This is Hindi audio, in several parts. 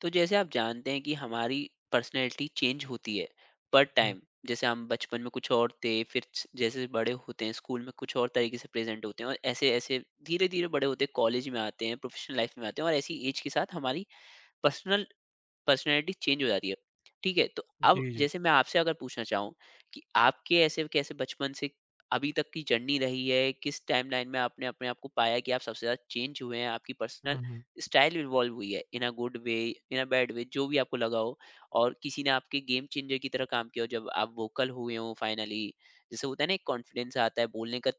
तो जैसे आप जानते हैं कि हमारी पर्सनैलिटी चेंज होती है पर हुँ। टाइम, जैसे हम बचपन में कुछ और थे, फिर जैसे बड़े होते हैं स्कूल में कुछ और तरीके से प्रेजेंट होते हैं और ऐसे ऐसे धीरे धीरे बड़े होते हैं, कॉलेज में आते हैं, प्रोफेशनल लाइफ में आते हैं और ऐसी एज के साथ हमारी पर्सनल पर्सनैलिटी चेंज हो जाती है। ठीक है, तो अब जी, जी। जैसे मैं आपसे अगर पूछना चाहूँ कि आपके ऐसे कैसे बचपन से अभी तक की जर्नी रही है? किस टाइमलाइन में आपने अपने आप को पाया कि आप सबसे ज़्यादा चेंज हुए हैं? आपकी पर्सनल हुँ, हुँ। स्टाइल इवॉल्व हुई है इन a good way, in a bad way जो भी आपको लगा हो और किसी ने आपके गेम चेंजर की तरह काम किया हो जब आप वोकल हुए हो फाइनली। जैसे होता है ना, एक कॉन्फिडेंस आता है बोलने का,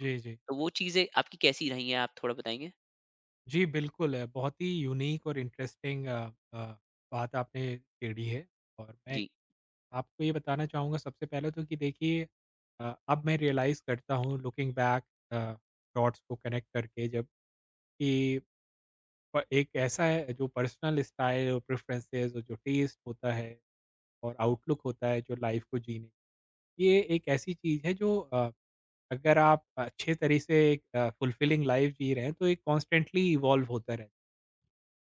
जी, जी। तो वो चीज़ें आपकी कैसी रही हैं? आप थोड़ा बताएँगे? जी, बिल्कुल बहुत ही यूनिक और इंटरेस्टिंग अ, बात आपने छेड़ी है, और मैं जी, आपको ये बताना चाहूँगा सबसे पहले तो कि देखिए, अब मैं रियलाइज़ करता हूँ लुकिंग बैक, अ, डॉट्स को कनेक्ट करके, जब कि प एक ऐसा है जो पर्सनल स्टाइल और प्रेफ़रेंसेस और जो टेस्ट होता है और आउटलुक होता है जो लाइफ़ को जीने, ये एक ऐसी चीज़ है जो, अगर आप अच्छे तरह से एक फुलफिलिंग लाइफ़ जी रहे हैं, तो ये कॉन्स्टेंटली इवॉल्व होता रहता है।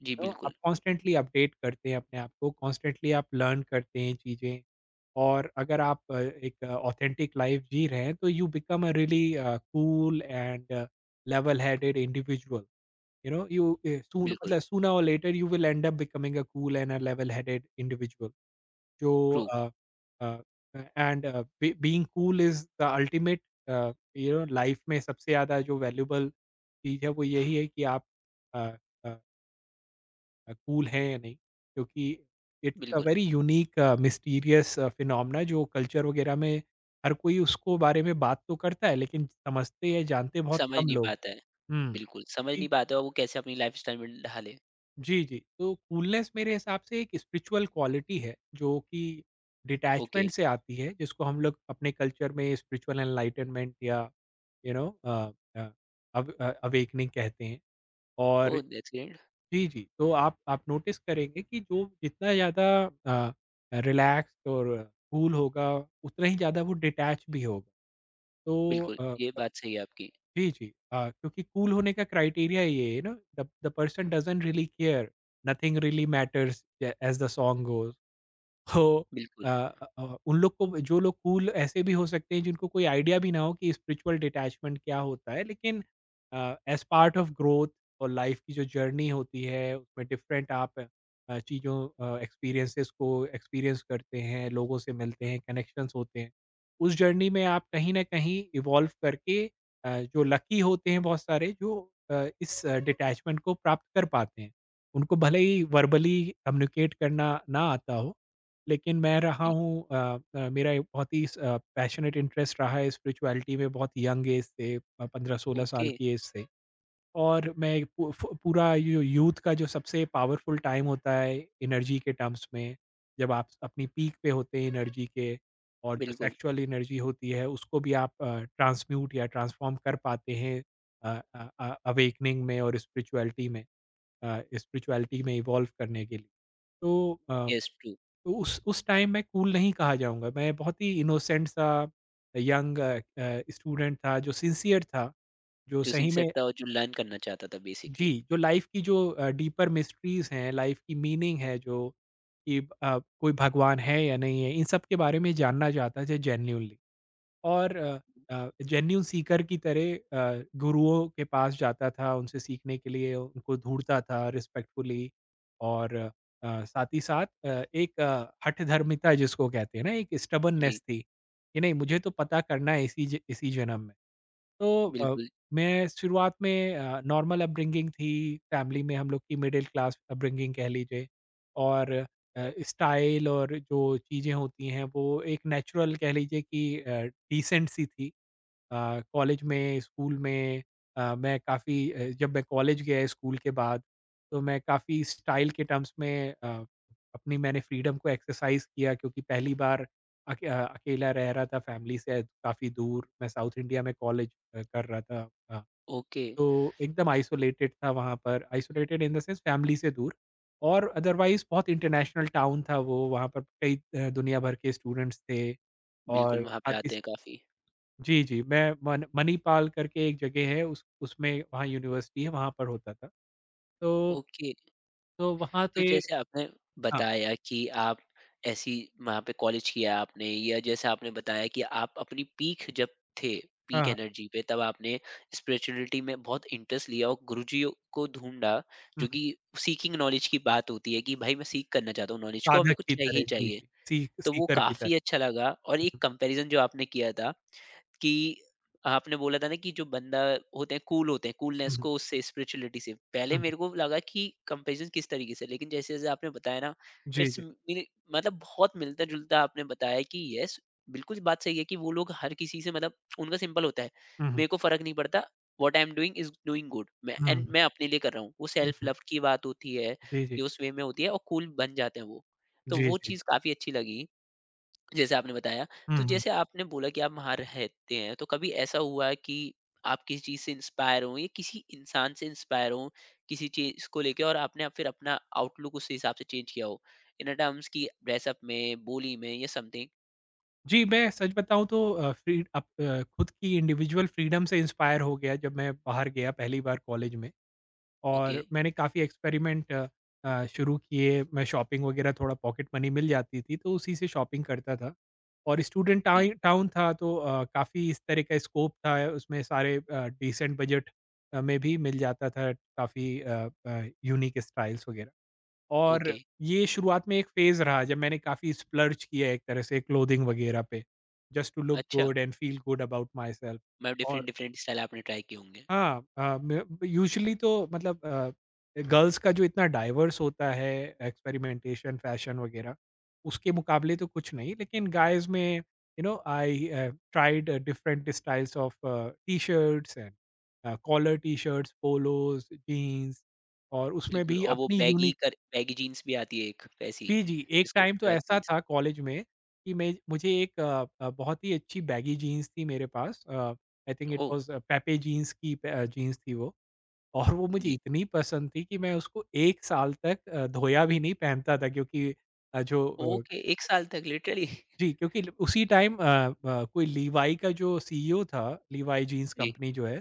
जी तो बिल्कुल, आप कॉन्स्टेंटली अपडेट करते हैं अपने आप को, कॉन्स्टेंटली आप लर्न करते हैं चीज़ें, और अगर आप एक ऑथेंटिक लाइफ़ जी रहे हैं, तो you become a really cool and level headed individual. You know, you a soon बिल्कुल, मतलब सूनर और later you will end up becoming a cool and a level headed individual. जो true, uh, uh, being cool is the ultimate, you know, life में सबसे ज़्यादा जो वैल्यूबल चीज़ है वो यही है कि आप कूल हैं या नहीं, क्योंकि इट्स अ बिल्कुल। वेरी यूनिक मिस्टीरियस फिनोमना जो कल्चर वगैरह में हर कोई उसको बारे में बात तो करता है, लेकिन समझते या जानते बहुत समझ कम नहीं लोग पाता है। हैं। हम्म। बिल्कुल, समझ नहीं पाता है और वो कैसे अपनी लाइफ़स्टाइल में ढाले। जी, जी। तो कूलनेस मेरे हिसाब से एक स्पिरिचुअल क्वालिटी है, जो कि ओके, डिटैचमेंट से आती है, जिसको हम लोग अपने कल्चर में स्पिरिचुअल एनलाइटनमेंट या यू नो अ, अवेकनिंग कहते हैं। और ओह! That's great. जी, जी। तो आप नोटिस करेंगे कि जो जितना ज़्यादा अ, रिलैक्स्ड और कूल होगा, उतना ही ज़्यादा वो डिटैच भी होगा। तो बिल्कुल, ये बात सही है आपकी। जी, जी। क्योंकि कूल होने का क्राइटेरिया ये है ना, the the person doesn't really care, nothing really matters uh as the song goes. हो बिल्कुल, अ अ अ, उन लोग को, जो लोग कूल ऐसे भी हो सकते हैं जिनको कोई आइडिया भी ना हो कि स्पिरिचुअल डिटैचमेंट क्या होता है, लेकिन एज़ पार्ट ऑफ ग्रोथ और लाइफ की जो जर्नी होती है, उसमें डिफरेंट आप एक्सपीरियंसेस को एक्सपीरियंस करते हैं, लोगों से मिलते हैं, कनेक्शंस होते हैं। उस जर्नी में आप कहीं न कहीं इवॉल्व करके, जो लकी होते हैं बहुत सारे जो इस डिटैचमेंट को प्राप्त कर पाते हैं। उनको भले ही वर्बली कम्युनिकेट करना ना आता हो, लेकिन मैं रहा जी। हूँ। मेरा एक बहुत ही पैशनेट इंटरेस्ट रहा है स्पिरिचुअलिटी में बहुत यंग एज से, 15-16 ओके, साल की एज से। और मैं पू फ पूरा यू यूथ का जो सबसे पावरफुल टाइम होता है एनर्जी के टर्म्स में, जब आप अपनी पीक पे होते हैं एनर्जी के, और जो बिल्कुल। सेक्सुअल एनर्जी होती है उसको भी आप ट्रांसम्यूट या ट्रांसफॉर्म कर पाते हैं अवेकनिंग में और स्पिरिचुअलिटी में, इवॉल्व करने के लिए। तो अ येस, ट्रू। तो उस टाइम मैं कूल नहीं कहा जाऊँगा, मैं बहुत ही इनोसेंट सा यंग स्टूडेंट था जो सिंसियर था, जो जो सही में, सिंसियर था और जो लर्न करना चाहता था बेसिकली। जी, जो लाइफ़ की जो डीपर मिस्ट्रीज़ हैं, लाइफ़ की मीनिंग है, जो कि कोई भगवान है या नहीं है, इन सब के बारे में जानना चाहता था जेन्युइनली। और जेन्युइन सीकर की तरह गुरुओं के पास जाता था, उनसे सीखने के लिए उनको ढूँढता था रिस्पेक्टफुली, और साथ ही साथ एक हठधर्मिता जिसको कहते हैं ना, एक जी, स्टबर्ननेस थी, कि नहीं मुझे तो पता करना है इसी जन्म में। तो बिल्कुल। मैं शुरुआत में, नॉर्मल अपब्रिंगिंग थी, फैमिली में हम लोग की मिडल क्लास अपब्रिंगिंग कह लीजिए, और स्टाइल और जो चीज़ें होती हैं, वो एक नेचुरल कह लीजिए कि डिसेंट सी थी। कॉलेज में, स्कूल में, जब मैं कॉलेज गया स्कूल के बाद, तो मैं काफ़ी स्टाइल के टर्म्स में अपनी मैंने फ्रीडम को एक्सरसाइज़ किया, क्योंकि पहली बार अकेला रह रहा था फैमिली से काफ़ी दूर। मैं साउथ इंडिया में कॉलेज कर रहा था। ओके, तो एकदम आइसोलेटेड था वहाँ पर, isolated in the sense family से दूर, और अदरवाइज़ बहुत इंटरनेशनल टाउन था वो, वहाँ पर कई दुनिया भर के स्टूडेंट्स थे, बिल्कुल और वहाँ पे साथ ही आते हैं काफ़ी। जी, जी, मैं मन मणिपाल करके एक जगह है, उस उसमें वहाँ यूनिवर्सिटी है, वहाँ पर होता था। तो ओके। तो वहाँ तो पे जैसे आपने हाँ, बताया कि आप ऐसी वहाँ पे कॉलेज किया आपने, या जैसा आपने बताया कि आप अपनी पीक जब थे, पीक हाँ, एनर्जी पे तब आपने स्पिरिचुअलिटी में बहुत इंटरेस्ट लिया और गुरुजी को ढूंढा, हुँ, जो हुँ, कि सीकिंग नॉलेज की बात होती है कि भाई मैं सीख करना चाहता हूँ नॉलेज को और मेरे साधक को की चाहिए ही तरह जी, चाहिए। जी, सी तो वो सीकर की काफी तरह। अच्छा लगा और हुँ, एक कंपैरिजन जो आपने किया था कि आपने बोला था ना कि जो बंदा होते हैं कूल होते हैं, कूलनेस हुँ, हुँ, को उससे स्पिरिचुअलिटी से पहले हुँ, हुँ, मेरे को लगा कि कंपैरिजन किस तरीके से, लेकिन जैसे जैसे आपने बताया ना, जी, इट्स जी, मतलब बहुत मिलता जुलता आपने बताया कि यस बिल्कुल बात सही है कि वो लोग हर किसी से मतलब उनका सिंपल होता है, हुँ, हुँ, मेरे को फर्क नहीं पड़ता, what I am doing is doing good, मैं हुँ, एंड हुँ, मैं अपने लिए कर रहा हूँ, वो हुँ, सेल्फ हुँ, लव की बात होती है, जी, जी, ये उस वे में होती है और कूल बन जाते हैं वो। तो जी, वो जी, चीज़ काफ़ी अच्छी लगी जैसे आपने बताया, हुँ, तो हुँ। जैसे आपने बोला कि आप वहाँ रहते हैं, तो कभी ऐसा हुआ है कि आप किसी चीज़ से इंस्पायर हों या किसी इंसान से इंस्पायर हों, किसी चीज़ को लेके और आपने आप फिर अपना आउटलुक उस हिसाब से चेंज किया हो? इन अ टर्म्स कि ड्रेसअप में, बोली में या समथिंग? जी, मैं सच बताऊँ तो फ्री अप खुद की इंडिविजुअल फ्रीडम से इंस्पायर हो गया जब मैं बाहर गया पहली बार कॉलेज में। ओके, और मैंने काफ़ी एक्सपेरिमेंट शुरू किए, मैं शॉपिंग वग़ैरह, थोड़ा पॉकेट मनी मिल जाती थी, तो उसी से शॉपिंग करता था। और स्टूडेंट जी, टाइ टाउन था, तो काफ़ी इस तरह का स्कोप था, उसमें सारे डिसेंट बजट में भी मिल जाता था काफ़ी यूनीक स्टाइल्स वग़ैरह। और ओके, ये शुरुआत में एक फ़ेज़ रहा जब मैंने काफ़ी स्प्लर्ज किया एक तरह से क्लोथिंग वग़ैरह पे, जस्ट टू लुक अच्छा, good and feel good about myself. मतलब डिफरेंट और डिफरेंट स्टाइल आपने ट्राई किए होंगे। हाँ, अ, मे यूजुअली तो मतलब, गर्ल्स का जो इतना डाइवर्स होता है एक्सपेरिमेंटेशन, फैशन वगैरह, उसके मुकाबले तो कुछ नहीं, लेकिन गाइज़ में, you know, I tried different styles of t-shirts and collar t-shirts, polos, jeans, और उसमें बिल्कुल, भी और वो अपनी बैगी, यूनिक। कर बैगी जीन्स भी आती है एक वैसी, जी, जी, एक जिसको टाइम तो रग ऐसा जीन्स। था कॉलेज में कि मैं मुझे एक अ अ, बहुत ही अच्छी बैगी जीन्स थी मेरे पास, I think it oh! Was Pepe jeans की जीन्स थी वो। और वो मुझे जी, इतनी पसंद थी कि मैं उसको 1 साल तक धोया भी नहीं पहनता था, क्योंकि अ, जो अ, ओके, 1 साल तक लिटरली? जी, क्योंकि ल उसी टाइम कोई लीवाई का जो सीईओ था, लीवाई जीन्स जी, कंपनी जो है,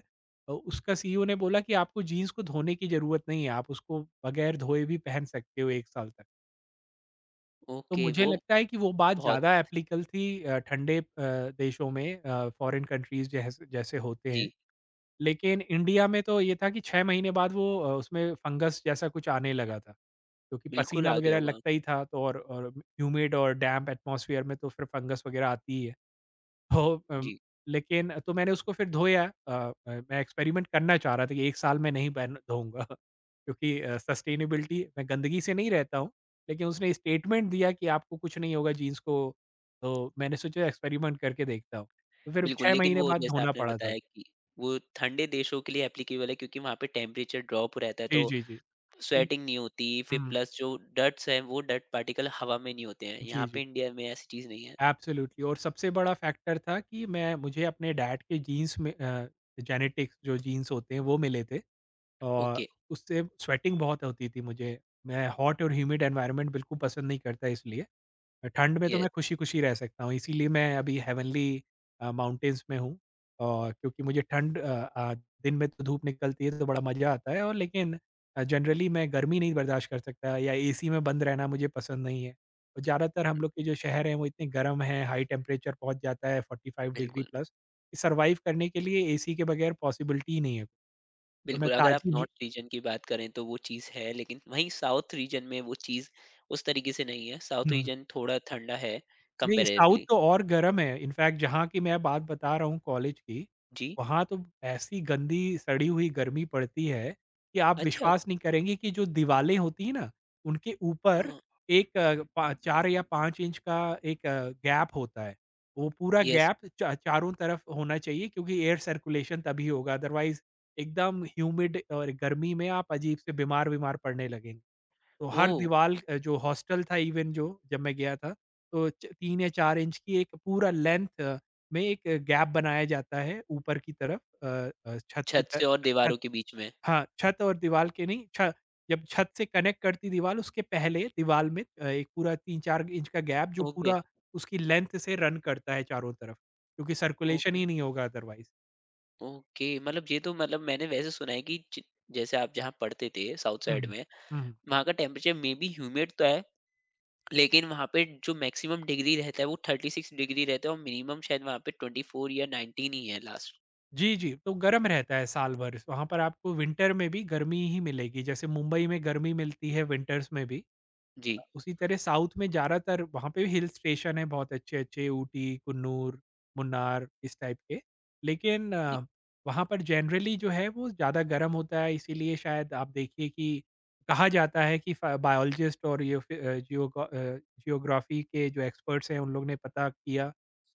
उसका सीईओ ने बोला कि आपको जीन्स को धोने की ज़रूरत नहीं है, आप उसको बगैर धोए भी पहन सकते हो 1 साल तक। तो ओके, मुझे वो लगता है कि वो बात बहुत ज़्यादा एप्लीकल थी ठंडे देशों में, फॉरेन कंट्रीज़ जैसे होते हैं। जी। लेकिन इंडिया में तो ये था कि 6 महीने बाद वो उसमें फंगस जैसा कुछ आने लगा था, क्योंकि बिल्कुल पसीना आ गया वगैरह होगा। लगता ही था, तो और ह्यूमिड और डैम्प एटमॉस्फियर में तो फिर फंगस वगैरह आती ही है। तो जी, लेकिन तो मैंने उसको फिर धोया। मैं एक्सपेरिमेंट करना चाह रहा था कि 1 साल में नहीं पहन धोऊँगा क्योंकि सस्टेनेबिलिटी, मैं गंदगी से नहीं रहता हूँ, लेकिन उसने स्टेटमेंट दिया कि आपको कुछ नहीं होगा जीन्स को, तो मैंने सोचा एक्सपेरिमेंट करके देखता हूँ। तो फिर बिल्कुल 6 लेकिन महीने वो बाद जैसा धोना आपने पड़ा था। बताया कि वो ठंडे देशों के लिए एप्लीकेबल है, क्योंकि वहाँ पे टेम्परेचर ड्रॉप रहता है, तो जी, जी, जी। स्वेटिंग नहीं होती, फिर हुँ। प्लस जो डस्ट्स हैं वो डस्ट पार्टिकल हवा में नहीं होते हैं। जी, यहाँ जी। पे इंडिया में ऐसी चीज़ नहीं है। एब्सोल्युटली। और सबसे बड़ा फैक्टर था कि मैं मुझे अपने डैड के जीन्स में, जेनेटिक्स जो जीन्स होते हैं वो मिले थे, और ओके, उससे स्वेटिंग बहुत होती थी मुझे। मैं हॉट और ह्यूमिड एनवायरनमेंट बिल्कुल पसंद नहीं करता इसलिए। ठंड में तो यस मैं खुशी-खुशी रह सकता हूँ, इसीलिए मैं अभी हेवनली माउंटेन्स में हूँ, और क्योंकि मुझे ठंड, अ, दिन में तो धूप निकलती है तो बड़ा मज़ा आता है, और लेकिन जनरली मैं गर्मी नहीं बर्दाश्त कर सकता, या एसी में बंद रहना मुझे पसंद नहीं है। तो ज़्यादातर हम लोग के जो शहर हैं वो इतने गर्म हैं, हाई टेम्परेचर पहुँच जाता है 45 डिग्री बिल्कुल, प्लस, सर्वाइव करने के लिए एसी के बगैर पॉसिबिलिटी ही नहीं है। तो मैं बिल्कुल अगर आप ताज़ी ही नॉर्थ रीजन की बात करें तो वो चीज़ है, लेकिन वहीं साउथ रीजन में वो चीज़ उस तरीके से नहीं है। साउथ हुँ। रीजन थोड़ा ठंडा है नहीं, साउथ कंपैरेटिवली। तो और गरम है। इनफैक्ट जहाँ की मैं बात बता रहा हूँ कॉलेज की, जी, वहाँ तो ऐसी गंदी सड़ी हुई गर्मी पड़ती है कि आप अच्छा, विश्वास नहीं करेंगे कि जो दीवालें होती हैं ना, उनके ऊपर हाँ, एक अ, पा 4 या 5 इंच का एक गैप होता है। वो पूरा यस, गैप चा चारों तरफ होना चाहिए, क्योंकि एयर सर्कुलेशन तभी होगा, अदरवाइज़ एकदम ह्यूमिड और गर्मी में आप अजीब से बीमार-बीमार पड़ने लगेंगे। तो हर ओह! दीवाल, जो हॉस्टल था इवन, जो जब मैं गया था, तो च 3 या 4 इंच की एक पूरा लेंथ, में एक गैप बनाया जाता है ऊपर की तरफ, अ अ, छत की छत त से और छत छत दीवारों के बीच में। हाँ, छत और दीवाल के नहीं, छ जब छत से कनेक्ट करती दीवाल, उसके पहले दीवाल में एक पूरा 3-4 इंच का गैप जो ओके। पूरा उसकी लेंथ से रन करता है चारों तरफ, क्योंकि सर्कुलेशन ओके, ही नहीं होगा अदरवाइज़। ओके मतलब ये तो मतलब मैंने वैसे सुना है कि जैसे आप जहाँ पढ़ते थे साउथ हुँ, साइड हुँ। में, हुँ, हुँ। वहाँ का टेम्परेचर मे बी ह्यूमिड तो है, लेकिन वहाँ पे जो मैक्सिमम डिग्री रहता है वो 36 डिग्री रहता है और मिनिमम शायद वहाँ पे 24 या 19 ही है लास्ट। जी, जी। तो गर्म रहता है साल भर, वहाँ पर आपको विंटर में भी गर्मी ही मिलेगी, जैसे मुंबई में गर्मी मिलती है विंटर्स में भी। जी, उसी तरह साउथ में ज़्यादातर वहाँ पे भी हिल स्टेशन है बहुत अच्छे-अच्छे, ऊटी, कुन्नूर, मुन्नार इस टाइप के। लेकिन जी, वहाँ पर जनरली जो है वो ज़्यादा गर्म होता है, इसीलिए शायद आप देखिए कि कहा जाता है कि फ बायोलॉजिस्ट और ये फ़ि अ, जियोग अ, जियोग्राफ़ी के जो एक्सपर्ट्स हैं उन लोग ने पता किया,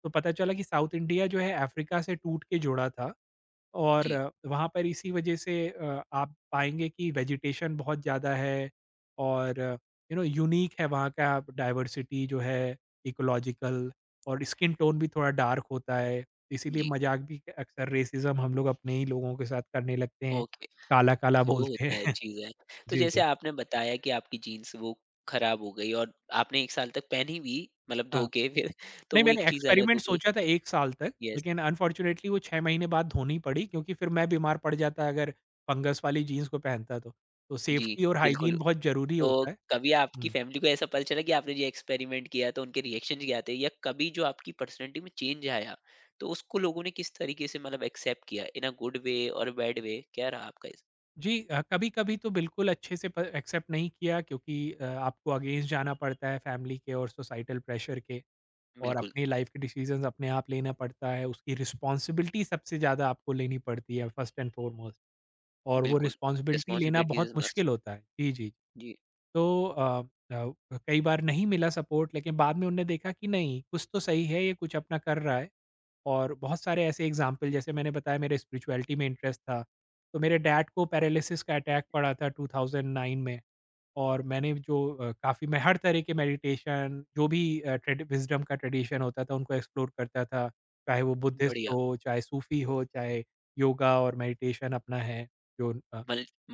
तो पता चला कि साउथ इंडिया जो है अफ्रीका से टूट के जुड़ा था। और जी, वहाँ पर इसी वजह से आप पाएँगे कि वेजिटेशन बहुत ज़्यादा है और यू नो यूनीक है वहाँ का डाइवर्सिटी जो है इकोलॉजिकल। और स्किन टोन भी थोड़ा डार्क होता है। इसीलिए जी, मज़ाक भी अक्सर रेसिज़्म हम लोग अपने ही लोगों के साथ करने लगते हैं। ओके, काला-काला वो बोलते होता हैं। है चीज़ है। तो जी, जैसे जी। आपने बताया कि आपकी जीन्स वो खराब हो गई और आपने एक साल तक पहनी भी, मतलब धो के फिर तो नहीं, वो एक मैंने चीज़ अलग हो एक्सपेरिमेंट गई। सोचा था 1 साल तक, यस, लेकिन अनफॉर्च्यूनेटली वो 6 महीने बाद धोनी पड़ी क्योंकि फिर मैं बीमार पड़ जाता अगर फंगस वाली जीन्स को पहनता तो। तो जी, सेफ्टी और बिल्कुल। हाइजीन बहुत ज़रूरी तो होता है। कभी आपकी हुँ। फैमिली को ऐसा पता चला कि आपने ये एक्सपेरिमेंट किया, तो उनके रिएक्शन क्या थे, या कभी जो आपकी पर्सनैलिटी में चेंज आया, तो उसको लोगों ने किस तरीके से मतलब एक्सेप्ट किया, इन अ गुड वे और बैड वे क्या रहा आपका इस? जी कभी-कभी तो बिल्कुल अच्छे से प एक्सेप्ट नहीं किया क्योंकि आपको अगेंस्ट जाना पड़ता है फैमिली के और सोसाइटल प्रेशर के, और बिल्कुल, अपनी लाइफ के डिसीजंस अपने आप लेना पड़ता है। उसकी रिस्पॉन्सिबिलिटी सबसे ज़्यादा आपको लेनी पड़ती है फर्स्ट एंड फॉरमोस्ट, और वो बिल्कुल, रिस्पॉन्सिबिलिटी लेना रिस्पॉन्सिबिलिटीज बहुत इज मस्ट। मुश्किल होता है। जी, जी। जी, तो अ, कई बार नहीं मिला सपोर्ट, लेकिन बाद में उनने देखा कि नहीं कुछ तो सही है, ये कुछ अपना कर रहा है। और बहुत सारे ऐसे एग्जाम्पल, जैसे मैंने बताया मेरे स्पिरिचुअलिटी में इंटरेस्ट था, तो मेरे डैड को पैरालिसिस का अटैक पड़ा था 2009 में। और मैंने जो काफ़ी मैं हर तरह के मेडिटेशन, जो भी विजडम का ट्रेडिशन होता था उनको एक्सप्लोर करता था, चाहे वो बुद्धिस्ट बढ़िया, हो, चाहे सूफी हो, चाहे योगा और मेडिटेशन अपना है जो।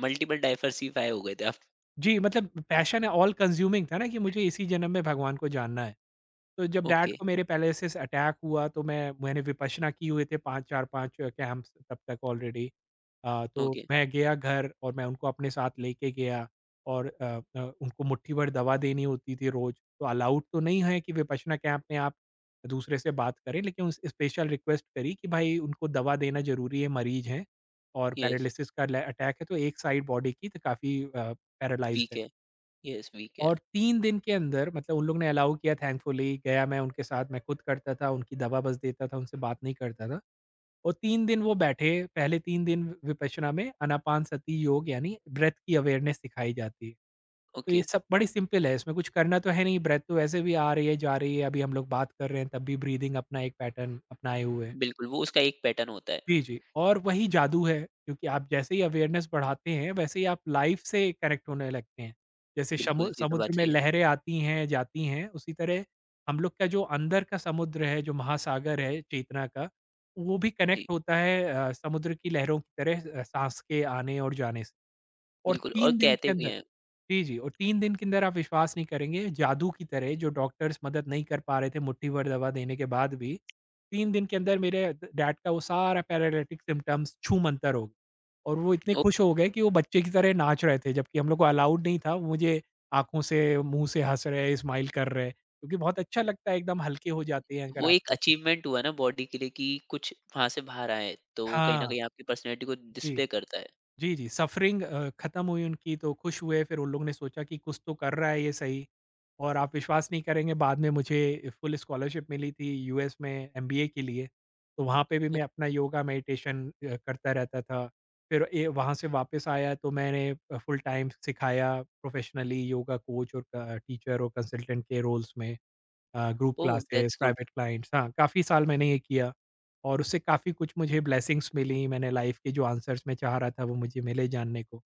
मल्टीपल डाइवर्सिफाई हो गए थे आप। जी, मतलब पैशन है ऑल कंज्यूमिंग था, ना कि मुझे इसी जन्म में भगवान को जानना है। तो जब डैड ओके, को मेरे पैलिसिस अटैक हुआ तो मैंने विपश्यना की हुए थे 5 4-5 कैंप्स तब तक ऑलरेडी। तो ओके, मैं गया घर और मैं उनको अपने साथ लेके गया। और उनको मुट्ठी भर दवा देनी होती थी रोज़। तो अलाउड तो नहीं है कि विपश्यना कैंप में आप दूसरे से बात करें, लेकिन उस स्पेशल रिक्वेस्ट करी कि भाई उनको दवा देना ज़रूरी है, मरीज़ हैं और यस पैरालिसिस का ल अटैक है, तो एक साइड बॉडी की तो काफ़ी पैरालाइज़्ड वीक है। है, यस वीक है। और 3 दिन के अंदर मतलब उन लोग ने अलाउ किया थैंकफुली, गया मैं उनके साथ, मैं खुद करता था, उनकी दवा बस देता था, उनसे बात नहीं करता था। और 3 दिन वो बैठे, पहले 3 दिन विपश्यना में अनापानसती योग यानी ब्रेथ की अवेयरनेस सिखाई जाती है। तो ये ओके, सब बड़ी सिंपल है, इसमें कुछ करना तो है नहीं, ब्रेथ तो वैसे भी आ रही है, जा रही है, अभी हम लोग बात कर रहे हैं तब भी ब्रीथिंग अपना एक पैटर्न अपनाए हुए हैं। बिल्कुल वो उसका एक पैटर्न होता है, जी, जी। और वही जादू है, क्योंकि आप जैसे ही अवेयरनेस बढ़ाते हैं, वैसे ही आप लाइफ़ से कनेक्ट होने लगते हैं। जैसे शमु बिल्कुल ये तो समुद्र बात में सही है, लहरें आती हैं, जाती हैं, उसी तरह हम लोग का जो अंदर का समुद्र है, जो महासागर है चेतना का, वो भी कनेक्ट जी, होता है समुद्र की लहरों की तरह साँस के आने और जाने से। और बिल्कुल और 3 दिन कहते के भी अंदर। हैं। जी, जी। और 3 दिन के अंदर आप विश्वास नहीं करेंगे, जादू की तरह जो डॉक्टर्स मदद नहीं कर पा रहे थे मुट्ठी भर दवा देने के बाद भी, 3 दिन के अंदर मेरे ड डैड का वो सारा पैरालिटिक सिम्पटम्स छूमंतर हो गए। और वो इतने खुश हो गए कि वो बच्चे की तरह नाच रहे थे, जबकि हम लोग को अलाउड नहीं था, वो मुझे आँखों से, मुँह से हँस रहे, स्माइल कर रहे, क्योंकि बहुत अच्छा लगता है, एकदम हल्के हो जाते हैं अगर वो आप एक तो। अचीवमेंट हुआ ना बॉडी के लिए कि कुछ वहाँ से बाहर आए, तो कहीं न हाँ, कहीं आपकी पर्सनैलिटी को जी। डिस्प्ले करता है। जी, जी, सफ़रिंग ख़त्म हुई उनकी तो खुश हुए, फिर उन लोगों ने सोचा कि कुछ तो कर रहा है ये सही। और आप विश्वास नहीं करेंगे, बाद में मुझे फुल स्कॉलरशिप मिली थी यूएस में एमबीए के लिए, तो वहाँ पे भी ओह! मैं अपना योगा मेडिटेशन करता रहता था। फिर ए वहाँ से वापस आया तो मैंने फुल टाइम सिखाया प्रोफ़ेशनली योगा कोच और क टीचर और कंसल्टेंट के रोल्स में। Group oh! Classes, that's good. Private clients, हाँ, काफ़ी साल मैंने ये किया। और उससे काफ़ी कुछ मुझे ब्लेसिंग्स मिली, मैंने लाइफ़ के जो आंसर्स मैं चाह रहा था वो मुझे मिले जानने को।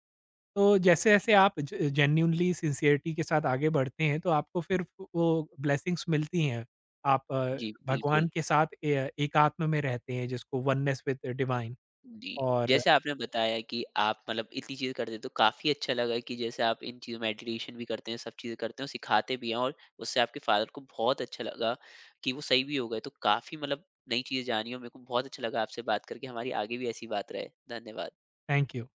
तो जैसे-जैसे आप जे जेन्युइनली सिंसियरिटी के साथ आगे बढ़ते हैं तो आपको फिर वो ब्लेसिंग्स मिलती हैं। आप जी, बिल्कुल। भगवान के साथ ए एकात्म में रहते हैं, जिसको वननेस विद डिवाइन। जी, और जैसे आपने बताया कि आप मतलब इतनी चीज़ें करते हैं, तो काफ़ी अच्छा लगा कि जैसे आप इन चीज़ों मेडिटेशन भी करते हैं, सब चीज़ें करते हैं और सिखाते भी हैं और उससे आपके फ़ादर को बहुत अच्छा लगा कि वो सही भी हो गए। तो काफ़ी मतलब नई चीज़ें जानी और मेरे को बहुत अच्छा लगा आपसे बात करके। हमारी आगे भी ऐसी बात रहे। धन्यवाद। Thank you.